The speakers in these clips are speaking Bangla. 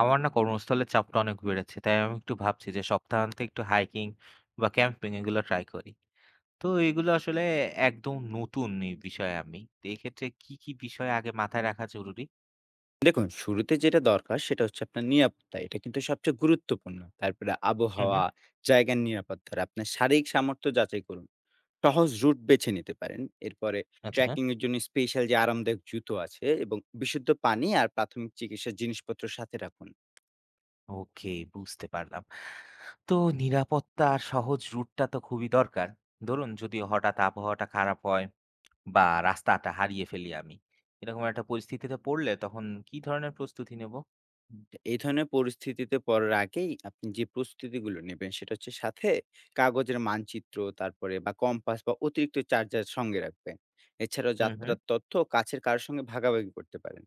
আমার না কর্মস্থলের চাপটা অনেক বেড়েছে। তাই আমি একটু ভাবছি যে সপ্তাহান্তে একটু হাইকিং বা ক্যাম্পিং এগুলো ট্রাই করি। তো এগুলো আসলে একদম নতুন এই বিষয়ে আমি। তো এক্ষেত্রে কি, কি বিষয় আগে মাথায় রাখা জরুরি? দেখুন, শুরুতে যেটা দরকার সেটা হচ্ছে আপনার নিরাপত্তা। এটা কিন্তু সবচেয়ে গুরুত্বপূর্ণ। তারপরে হুম, হুম। আবহাওয়া, জায়গার নিরাপত্তা আর আপনার শারীরিক সামর্থ্য যাচাই করুন। সহজ রুট বেছে নিতে পারেন। এরপরে আচ্ছা। ট্রেকিং এর জন্য স্পেশাল যে আরামদায়ক জুতো আছে এবং বিশুদ্ধ পানি আর প্রাথমিক চিকিৎসার জিনিসপত্র সাথে রাখুন। ওকে, বুঝতে পারলাম। তো নিরাপত্তা আর সহজ রুটটা তো খুবই দরকার। ধরুন যদি হঠাৎ আবহাওয়াটা খারাপ হয় বা রাস্তাটা হারিয়ে ফেলি আমি। এরকম একটা পরিস্থিতিতে পড়লে তখন কি ধরনের প্রস্তুতি নেব? এই ধরনের পরিস্থিতিতে পড়ার আগেই আপনি যে প্রস্তুতিগুলো নেবেন সেটা হচ্ছে সাথে কাগজের মানচিত্র, তারপরে বা কম্পাস বা অতিরিক্ত চার্জার সঙ্গে রাখবেন। এছাড়াও হুম, হুম। যাত্রার তথ্য কাছের কারোর সঙ্গে ভাগাভাগি করতে পারেন।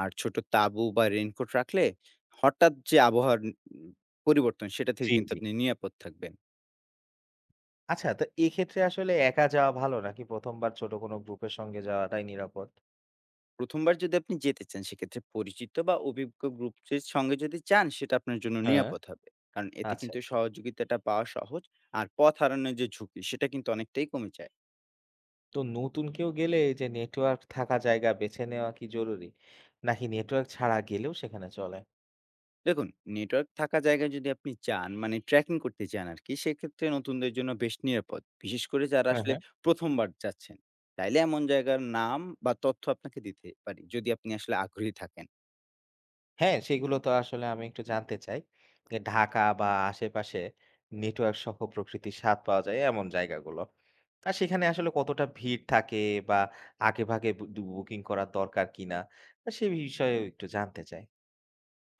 আর ছোট তাঁবু বা রেইনকোট রাখলে হঠাৎ যে আবহাওয়ার পরিবর্তন সেটা থেকে জি, কিন্তু জি। আপনি নিরাপদ থাকবেন। আচ্ছা, তো এক্ষেত্রে আসলে একা যাওয়া ভালো নাকি ১ম বার ছোট কোনো গ্রুপের সঙ্গে যাওয়াটাই নিরাপদ? ১ম বার যদি আপনি যেতে চান, সেক্ষেত্রে পরিচিত বা অভিজ্ঞ গ্রুপের সঙ্গে যদি যান, সেটা আপনার জন্য হ্যাঁ। নিরাপদ হবে। কারণ এতে আচ্ছা, কিন্তু আচ্ছা। সহযোগিতাটা পাওয়া সহজ। আর পথ হারানোর যে ঝুঁকি, সেটা কিন্তু অনেকটাই কমে যায়। তো নতুন কেউ গেলে এই যে নেটওয়ার্ক থাকা জায়গা বেছে নেওয়া কি জরুরি? নাকি নেটওয়ার্ক ছাড়া গেলেও সেখানে চলে? দেখুন, নেটওয়ার্ক থাকা জায়গায় যদি আপনি যান, মানে ট্র্যাকিং করতে যান আরকি, সেক্ষেত্রে নতুনদের জন্য বেশ নিরাপদ। বিশেষ করে যারা হ্যাঁ, আসলে হ্যাঁ। ১ম বার যাচ্ছেন। চাইলে এমন জায়গার নাম বা তথ্য আপনাকে দিতে পারি, যদি আপনি আসলে আগ্রহী থাকেন। হ্যাঁ, সেগুলো তো আসলে আমি একটু জানতে চাই যে ঢাকা বা আশেপাশে নেটওয়ার্ক সহ প্রকৃতির স্বাদ পাওয়া যায় এমন জায়গাগুলো। আর সেখানে আসলে কতটা ভিড় থাকে বা আগেভাগে বুকিং করার দরকার কিনা? তা সে বিষয়েও একটু জানতে চাই।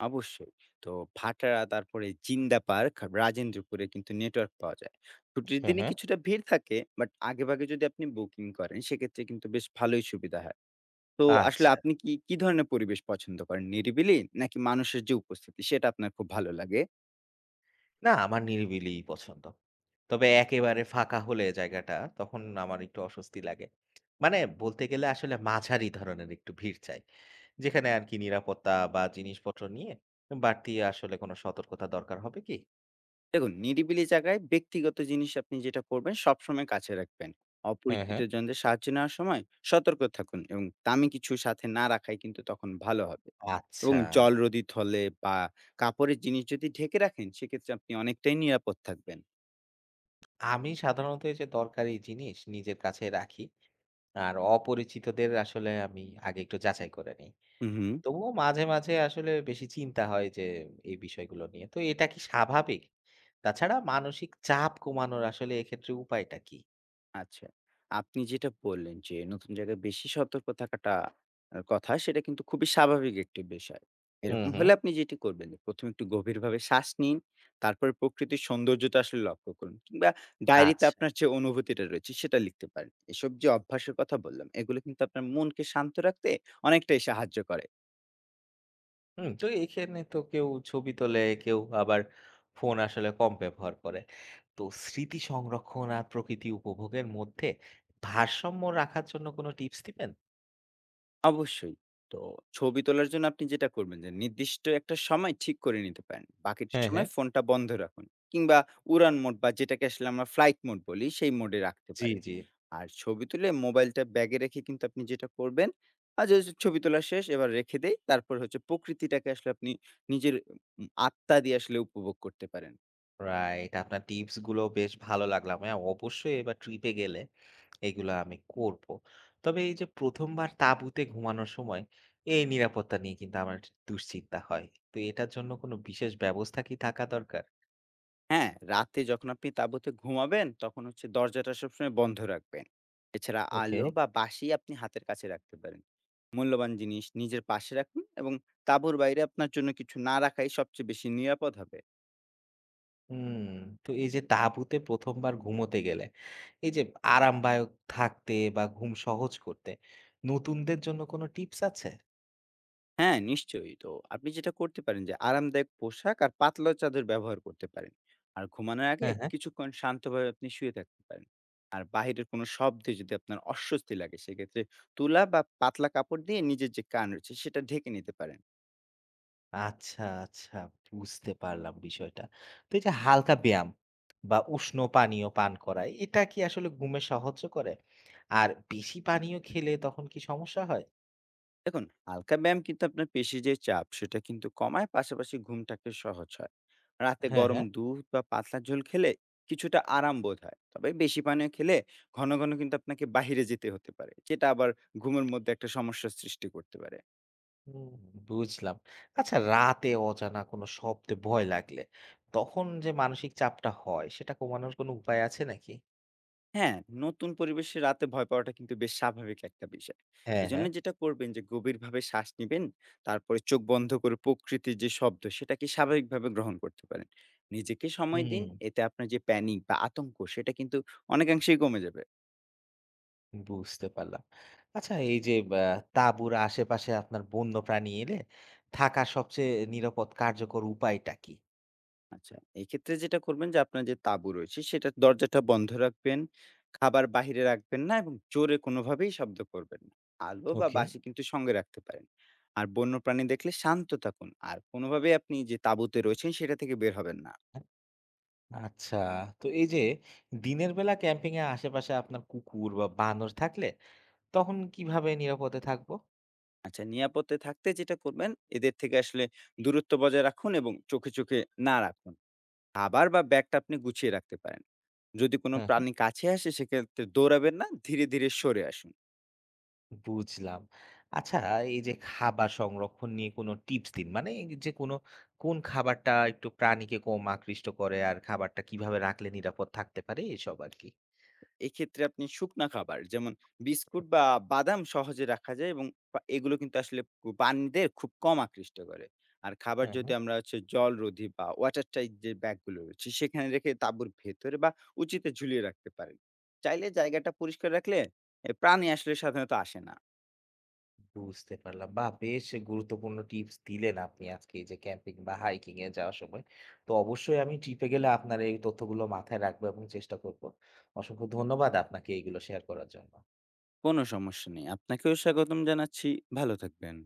অবশ্যই। তো ভাটারা, তারপরে জিন্দা পার্ক, রাজেন্দ্রপুরে কিন্তু নেটওয়ার্ক পাওয়া যায়। ছুটির হ্যাঁ, দিনে হ্যাঁ। কিছুটা ভিড় থাকে, বাট আগেভাগে যদি আপনি বুকিং করেন সেক্ষেত্রে কিন্তু বেশ ভালোই সুবিধা হয়। তো আসলে আচ্ছা। আপনি কি ধরনের পরিবেশ পছন্দ করেন? নিরিবিলি নাকি মানুষের যে উপস্থিতি সেটা আপনার খুব ভালো লাগে? না, আমার নিরিবিলিই পছন্দ। তবে একেবারে ফাঁকা হলে জায়গাটা তখন আমার একটু অস্বস্তি লাগে। মানে বলতে গেলে আসলে মাঝারি ধরনের একটু ভিড় চাই। যেখানে আরকি নিরাপত্তা বা জিনিসপত্র নিয়ে বাড়তি আসলে কোনো সতর্কতা দরকার হবে কি? দেখুন, নিরিবিলি জায়গায় ব্যক্তিগত জিনিস আপনি যেটা করবেন সবসময় কাছে রাখবেন। হ্যাঁ, অপরিচিত হ্যাঁ। জনদের সাহায্য নেওয়ার সময় সতর্ক থাকুন এবং দামি কিছু সাথে না রাখাই কিন্তু তখন ভালো হবে। এবং আচ্ছা। জলরোধী থলে বা কাপড়ের জিনিস যদি ঢেকে রাখেন, সেক্ষেত্রে আপনি অনেকটাই নিরাপদ থাকবেন। আমি সাধারণত এই যে দরকারি জিনিস নিজের কাছে রাখি। আর অপরিচিতদের আসলে আমি আগে একটু যাচাই করে নিই। হু, হু। তবুও মাঝে, মাঝে আসলে বেশি চিন্তা হয় যে এই বিষয়গুলো নিয়ে। তো এটা কি স্বাভাবিক? তাছাড়া মানসিক চাপ কমানোর আসলে এক্ষেত্রে উপায়টা কি? আচ্ছা। আপনি যেটা বললেন যে নতুন জায়গায় বেশি সতর্ক থাকাটা কথা, সেটা কিন্তু খুবই স্বাভাবিক একটি বিষয়। হুম, এরকম হুম। হলে আপনি যেটি করবেন, ১ম একটু গভীরভাবে শ্বাস নিন, তারপরে প্রকৃতির সৌন্দর্যটা আসলে লক্ষ্য করুন কিংবা ডায়েরিতে আচ্ছা। আপনার যে অনুভূতিটা রয়েছে, সেটা লিখতে পারেন। এসব যে অভ্যাসের কথা বললাম, এগুলো কিন্তু আপনার মনকে শান্ত রাখতে অনেকটাই সাহায্য করে। হুম, তো এখানে তো কেউ ছবি তোলে, কেউ আবার ফোন আসলে কম ব্যবহার করে। তো স্মৃতি সংরক্ষণ আর প্রকৃতি উপভোগের মধ্যে ভারসাম্য রাখার জন্য কোনো টিপস দিবেন? অবশ্যই। তো ছবি তোলার জন্য আপনি যেটা করবেন যে নির্দিষ্ট একটা সময় ঠিক করে নিতে পারেন। বাকিটা হ্যাঁ, হ্যাঁ। সময় ফোনটা বন্ধ রাখুন। কিংবা উড়ান মোড বা যেটাকে আসলে আমরা ফ্লাইট মোড বলি সেই মোডে রাখতে জি, পারেন। জি। আর ছবি তুলে মোবাইলটা ব্যাগে রেখে কিন্তু আপনি যেটা করবেন, যে ছবি তোলা শেষ এবার রেখে দেই। তারপর হচ্ছে প্রকৃতিটাকে আসলে আপনি নিজের আত্মা দিয়ে আসলে উপভোগ করতে পারেন। রাইট। আপনার টিপস গুলো বেশ ভালো লাগলো। আমি অবশ্যই এবার ট্রিপ এ গেলে এগুলা আমি করব। তবে এই যে ১ম বার তাঁবুতে ঘুমানোর সময় এই নিরাপত্তা নিয়ে কিন্তু আমার একটু দুশ্চিন্তা হয়। তো এটার জন্য কোনো বিশেষ ব্যবস্থা কি থাকা দরকার? হ্যাঁ, রাতে যখন আপনি তাঁবুতে ঘুমাবেন, তখন হচ্ছে দরজাটা সবসময় বন্ধ রাখবেন। এছাড়া ওকে। আলো বা বাঁশি আপনি হাতের কাছে রাখতে পারেন। মূল্যবান জিনিস নিজের পাশে রাখুন এবং তাঁবুর বাইরে আপনার জন্য কিছু না রাখাই সবচেয়ে বেশি নিরাপদ হবে। হুম, তো এই যে তাঁবুতে ১ম বার ঘুমোতে গেলে এই যে আরামদায়ক থাকতে বা ঘুম সহজ করতে নতুনদের জন্য কোনো টিপস আছে? হ্যাঁ, নিশ্চয়ই। তো আপনি যেটা করতে পারেন যে আরামদায়ক পোশাক আর পাতলা চাদর ব্যবহার করতে পারেন। আর ঘুমানোর আগে হ্যাঁ, হ্যাঁ। কিছুক্ষণ শান্তভাবে আপনি শুয়ে থাকতে পারেন। আর বাহিরের কোনো শব্দে যদি আপনার অস্বস্তি লাগে, সেক্ষেত্রে তুলা বা পাতলা কাপড় দিয়ে নিজের যে কান রয়েছে, সেটা ঢেকে নিতে পারেন। আচ্ছা, আচ্ছা। বুঝতে পারলাম বিষয়টা। তো এই যে হালকা ব্যায়াম বা উষ্ণ পানীয় পান করা, এটা কি আসলে ঘুমে সাহায্য করে? আর বেশি পানীয় খেলে তখন কি সমস্যা হয়? দেখুন, হালকা ব্যায়াম কিন্তু আপনার পেশি যে চাপ সেটা কিন্তু কমায়, পাশাপাশি ঘুমটাকে সহজ হয়। রাতে হ্যাঁ, গরম হ্যাঁ। দুধ বা পাতলা ঝোল খেলে কিছুটা আরাম বোধ হয়, তবে বেশি পানীয় খেলে ঘন ঘন কিন্তু আপনাকে বাইরে যেতে হতে পারে, যেটা আবার ঘুমের মধ্যে একটা সমস্যার সৃষ্টি করতে পারে। হুম, বুঝলাম। আচ্ছা রাতে অজানা কোনো শব্দে ভয় লাগলে তখন যে মানসিক চাপটা হয় সেটা কমানোর কোনো উপায় আছে নাকি? হ্যাঁ, নতুন পরিবেশে রাতে ভয় পাওয়াটা কিন্তু বেশ স্বাভাবিক একটা বিষয়। হ্যাঁ, হ্যাঁ। এজন্য যেটা করবেন যে গভীরভাবে শ্বাস নিবেন, তারপরে চোখ বন্ধ করে প্রকৃতির যে শব্দ সেটাকে স্বাভাবিকভাবে গ্রহণ করতে পারেন। নিজেকে সময় দিন, হুম। এতে আপনার যে প্যানিক বা আতঙ্ক সেটা কিন্তু অনেকাংশেই কমে যাবে। বুঝতে পারলাম। আচ্ছা এই যে তাঁবুর আশেপাশে আপনার বন্য প্রাণী এলে থাকার সবচেয়ে নিরাপদ কার্যকর উপায়টা কি? আচ্ছা, এক্ষেত্রে যেটা করবেন যে আপনার যে তাঁবু রয়েছে সেটার দরজাটা বন্ধ রাখবেন। খাবার বাহিরে রাখবেন না এবং জোরে কোনোভাবেই শব্দ করবেন না। আলো বা ওকে। বাঁশি কিন্তু সঙ্গে রাখতে পারেন। আর বন্যপ্রাণী দেখলে শান্ত থাকুন। আর কোনোভাবেই আপনি যে তাঁবুতে রয়েছেন সেটা থেকে বের হবেন না। আ আচ্ছা। তো এই যে দিনের বেলা ক্যাম্পিং এর আশেপাশে আপনার কুকুর বা বানর থাকলে তখন কিভাবে নিরাপদে থাকবো? আচ্ছা, নিরাপদে থাকতে যেটা করবেন এদের থেকে আসলে দূরত্ব বজায় রাখুন এবং চোখে, চোখে না রাখুন। খাবার বা ব্যাগটা আপনি গুছিয়ে রাখতে পারেন। যদি কোনো হ্যাঁ, হ্যাঁ। প্রাণী কাছে আসে সেক্ষেত্রে দৌড়াবেন না, ধীরে, ধীরে সরে আসুন। বুঝলাম। আচ্ছা এই যে খাবার সংরক্ষণ নিয়ে কোনো টিপস দিন। মানে এই যে কোন খাবারটা একটু প্রাণীকে কম আকৃষ্ট করে আর খাবারটা কিভাবে রাখলে নিরাপদ থাকতে পারে এসব আরকি। এক্ষেত্রে আপনি শুকনা খাবার যেমন বিস্কুট বা বাদাম সহজে রাখা যায়, এবং এগুলো কিন্তু আসলে প্রাণীদের খুব কম আকৃষ্ট করে। আর খাবার হ্যাঁ, যদি হ্যাঁ। আমরা হচ্ছে জলরোধী বা ওয়াটার টাইট যে ব্যাগগুলো রয়েছে সেখানে রেখে তাঁবুর ভেতরে বা উঁচুতে ঝুলিয়ে রাখতে পারেন। চাইলে জায়গাটা পরিষ্কার রাখলে এ প্রাণী আসলে সাধারণত আসে না। বুঝতে পারলাম। বাহ! বেশ গুরুত্বপূর্ণ টিপস দিলেন আপনি আজকে এই যে ক্যাম্পিং বা হাইকিং এ যাওয়ার সময়। তো অবশ্যই আমি ট্রিপে গেলে আপনার এই তথ্যগুলো মাথায় রাখবো এবং চেষ্টা করব। অসংখ্য ধন্যবাদ আপনাকে এইগুলো শেয়ার করার জন্য। কোনো সমস্যা নেই। আপনাকেও স্বাগতম জানাচ্ছি। ভালো থাকবেন।